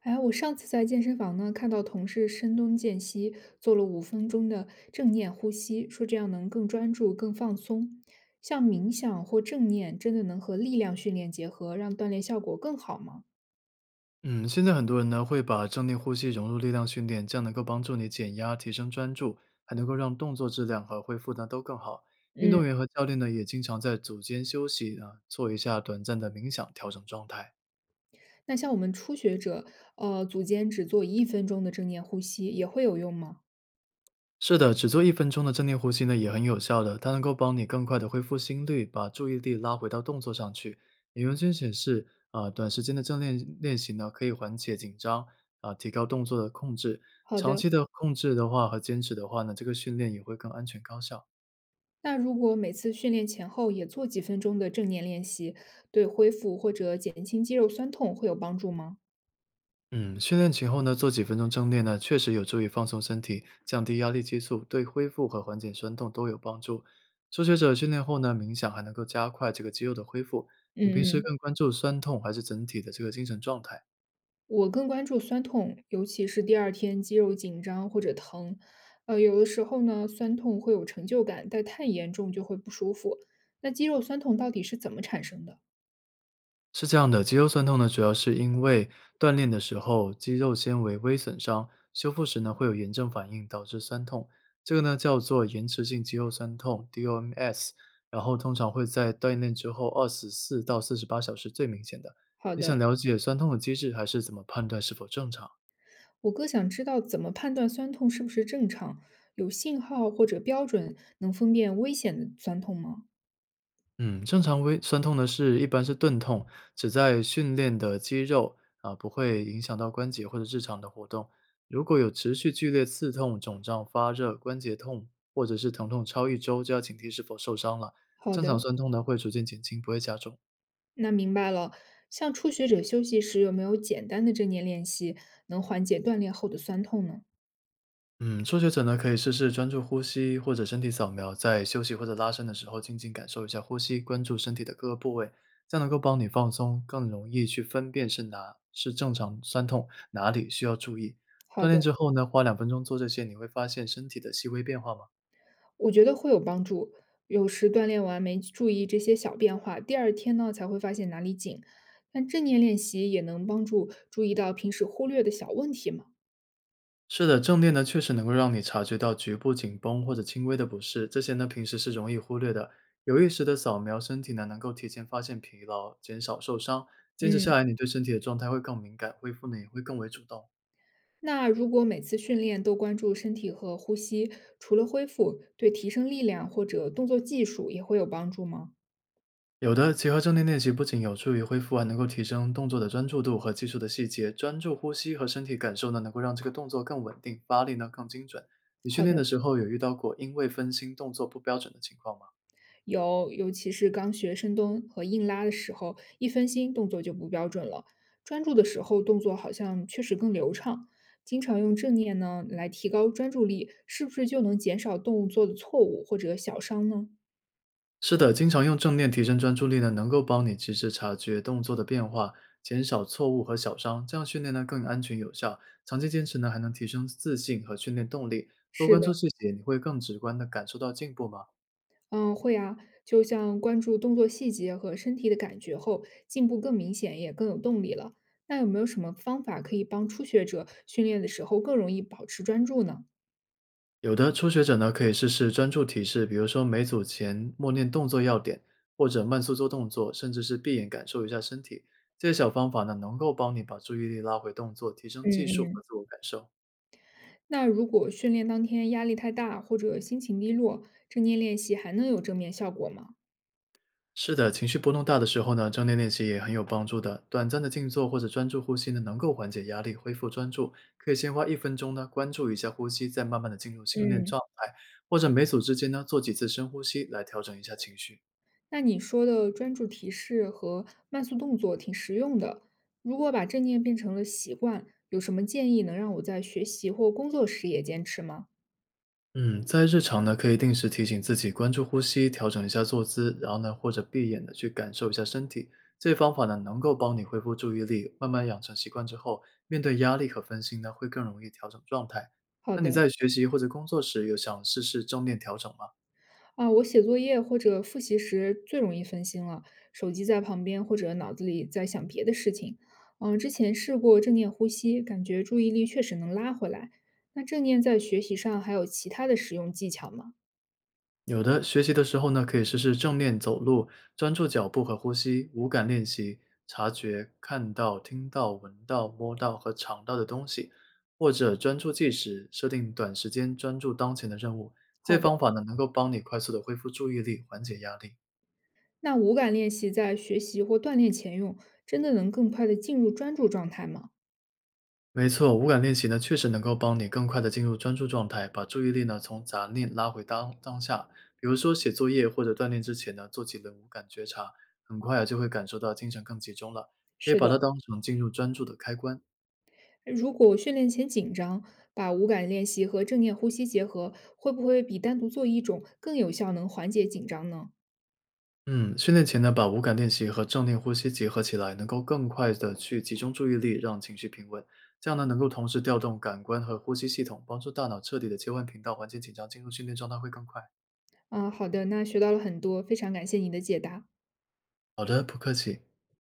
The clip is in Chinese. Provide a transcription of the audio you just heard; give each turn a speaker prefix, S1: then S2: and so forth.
S1: 哎，我上次在健身房呢，看到同事深蹲间隙做了5分钟的正念呼吸，说这样能更专注、更放松。像冥想或正念，真的能和力量训练结合，让锻炼效果更好吗？
S2: 嗯，现在很多人呢会把正念呼吸融入力量训练，这样能够帮助你减压、提升专注，还能够让动作质量和恢复呢都更好。运
S1: 嗯，
S2: 动员和教练呢也经常在组间休息啊，做一下短暂的冥想，调整状态。
S1: 那像我们初学者，组间只做1分钟的正念呼吸，也会有用吗？
S2: 是的，只做一分钟的正念呼吸呢，也很有效的，它能够帮你更快的恢复心率，把注意力拉回到动作上去。研究间显示，短时间的正念练习呢，可以缓解紧张，提高动作的控制。
S1: 好
S2: 长
S1: 的，
S2: 期的控制的话和坚持的话呢，这个训练也会更安全高效。
S1: 那如果每次训练前后也做几分钟的正念练习，对恢复或者减轻肌肉酸痛会有帮助吗？
S2: 嗯，训练前后呢，做几分钟正念呢，确实有助于放松身体，降低压力激素，对恢复和缓解酸痛都有帮助。初学者训练后呢，冥想还能够加快这个肌肉的恢复。你平
S1: 嗯
S2: 时更
S1: 嗯。
S2: 关注酸痛还是整体的这个精神状态？
S1: 我更关注酸痛，尤其是第二天肌肉紧张或者疼。有的时候呢，酸痛会有成就感，但太严重就会不舒服。那肌肉酸痛到底是怎么产生的？
S2: 是这样的，肌肉酸痛呢，主要是因为锻炼的时候肌肉纤维微损伤，修复时呢会有炎症反应导致酸痛，这个呢叫做延迟性肌肉酸痛 （DOMS），然后通常会在锻炼之后24到48小时最明显的。
S1: 好
S2: 你想
S1: 的，
S2: 了解酸痛的机制，还是怎么判断是否正常？
S1: 我更想知道怎么判断酸痛是不是正常，有信号或者标准能分辨危险的酸痛吗？
S2: 嗯，正常微酸痛的是一般是钝痛，只在训练的肌肉啊，不会影响到关节或者日常的活动。如果有持续剧烈刺痛、肿胀、发热、关节痛，或者是疼痛超一周，就要警惕是否受伤了。
S1: 好
S2: 正常
S1: 的，
S2: 酸痛呢会逐渐减轻，不会加重。
S1: 那明白了。像初学者休息时有没有简单的正念练习，能缓解锻炼后的酸痛呢？
S2: 嗯，初学者呢，可以试试专注呼吸或者身体扫描，在休息或者拉伸的时候，静静感受一下呼吸，关注身体的各个部位，这样能够帮你放松，更容易去分辨是哪是正常酸痛，哪里需要注意。
S1: 好
S2: 锻炼
S1: 的。
S2: 之后呢，花2分钟做这些，你会发现身体的细微变化吗？
S1: 我觉得会有帮助。有时锻炼完没注意这些小变化，第二天呢才会发现哪里紧。但正念练习也能帮助注意到平时忽略的小问题嘛？
S2: 是的，正念呢确实能够让你察觉到局部紧绷或者轻微的不适，这些呢平时是容易忽略的。有意识的扫描身体呢，能够提前发现疲劳，减少受伤。坚持下
S1: 嗯，
S2: 来，你对身体的状态会更敏感，恢复呢也会更为主动。
S1: 那如果每次训练都关注身体和呼吸，除了恢复，对提升力量或者动作技术也会有帮助吗？
S2: 有的结合正念练习，不仅有助于恢复，还能够提升动作的专注度和技术的细节。专注呼吸和身体感受呢，能够让这个动作更稳定，发力呢更精准。你训
S1: 好
S2: 练
S1: 的。
S2: 的时候有遇到过因为分心动作不标准的情况吗？
S1: 有，尤其是刚学深蹲和硬拉的时候，一分心动作就不标准了。专注的时候，动作好像确实更流畅。经常用正念呢来提高专注力，是不是就能减少动作的错误或者小伤呢？
S2: 是的，经常用正念提升专注力呢，能够帮你及时察觉动作的变化，减少错误和小伤。这样训练呢更安全有效，长期坚持呢还能提升自信和训练动力。多
S1: 是
S2: 关
S1: 的，
S2: 注细节，你会更直观的感受到进步吗？
S1: 嗯，会啊。就像关注动作细节和身体的感觉后，进步更明显，也更有动力了。那有没有什么方法可以帮初学者训练的时候更容易保持专注呢？
S2: 有的初学者呢可以试试专注提示，比如说每组前默念动作要点，或者慢速做动作，甚至是闭眼感受一下身体。这些小方法呢能够帮你把注意力拉回动作，提升技
S1: 嗯
S2: 术和
S1: 嗯。
S2: 自我感受。
S1: 那如果训练当天压力太大或者心情低落，正念练习还能有正面效果吗？
S2: 是的，情绪波动大的时候呢，正念练习也很有帮助的。短暂的静坐或者专注呼吸呢，能够缓解压力，恢复专注。可以先花一分钟呢，关注一下呼吸，再慢慢的进入训练
S1: 嗯，
S2: 状态，或者每组之间呢，做几次深呼吸来调整一下情绪。
S1: 那你说的专注提示和慢速动作挺实用的。如果把正念变成了习惯，有什么建议能让我在学习或工作时也坚持吗？
S2: 嗯，在日常呢，可以定时提醒自己关注呼吸，调整一下坐姿，然后呢，或者闭眼的去感受一下身体。这些方法呢，能够帮你恢复注意力。慢慢养成习惯之后，面对压力和分心呢，会更容易调整状态。
S1: 好
S2: 那你
S1: 的。
S2: 在学习或者工作时，有想试试正念调整吗？
S1: 啊，我写作业或者复习时最容易分心了，手机在旁边或者脑子里在想别的事情。嗯，之前试过正念呼吸，感觉注意力确实能拉回来。那正念在学习上还有其他的实用技巧吗？
S2: 有的，学习的时候呢，可以试试正念走路，专注脚步和呼吸，五感练习，察觉看到、听到、闻到、摸到和尝到的东西，或者专注计时，设定短时间专注当前的任务。这
S1: 好
S2: 些
S1: 的，
S2: 方法呢，能够帮你快速的恢复注意力，缓解压力。
S1: 那五感练习在学习或锻炼前用，真的能更快的进入专注状态吗？
S2: 没错，无感练习呢，确实能够帮你更快的进入专注状态，把注意力呢从杂念拉回当下。比如说写作业或者锻炼之前呢，做几轮无感觉察，很快啊就会感受到精神更集中了。可以
S1: 是
S2: 把
S1: 的，
S2: 它当成进入专注的开关。
S1: 如果训练前紧张，把五感练习和正念呼吸结合，会不会比单独做一种更有效，能缓解紧张呢？
S2: 嗯，训练前呢，把无感练习和正念呼吸结合起来，能够更快的去集中注意力，让情绪平稳。这样呢，能够同时调动感官和呼吸系统，帮助大脑彻底的切换频道，缓解紧张，进入训练状态会更快。
S1: 啊，好的，那学到了很多，非常感谢你的解答。
S2: 好的，不客气。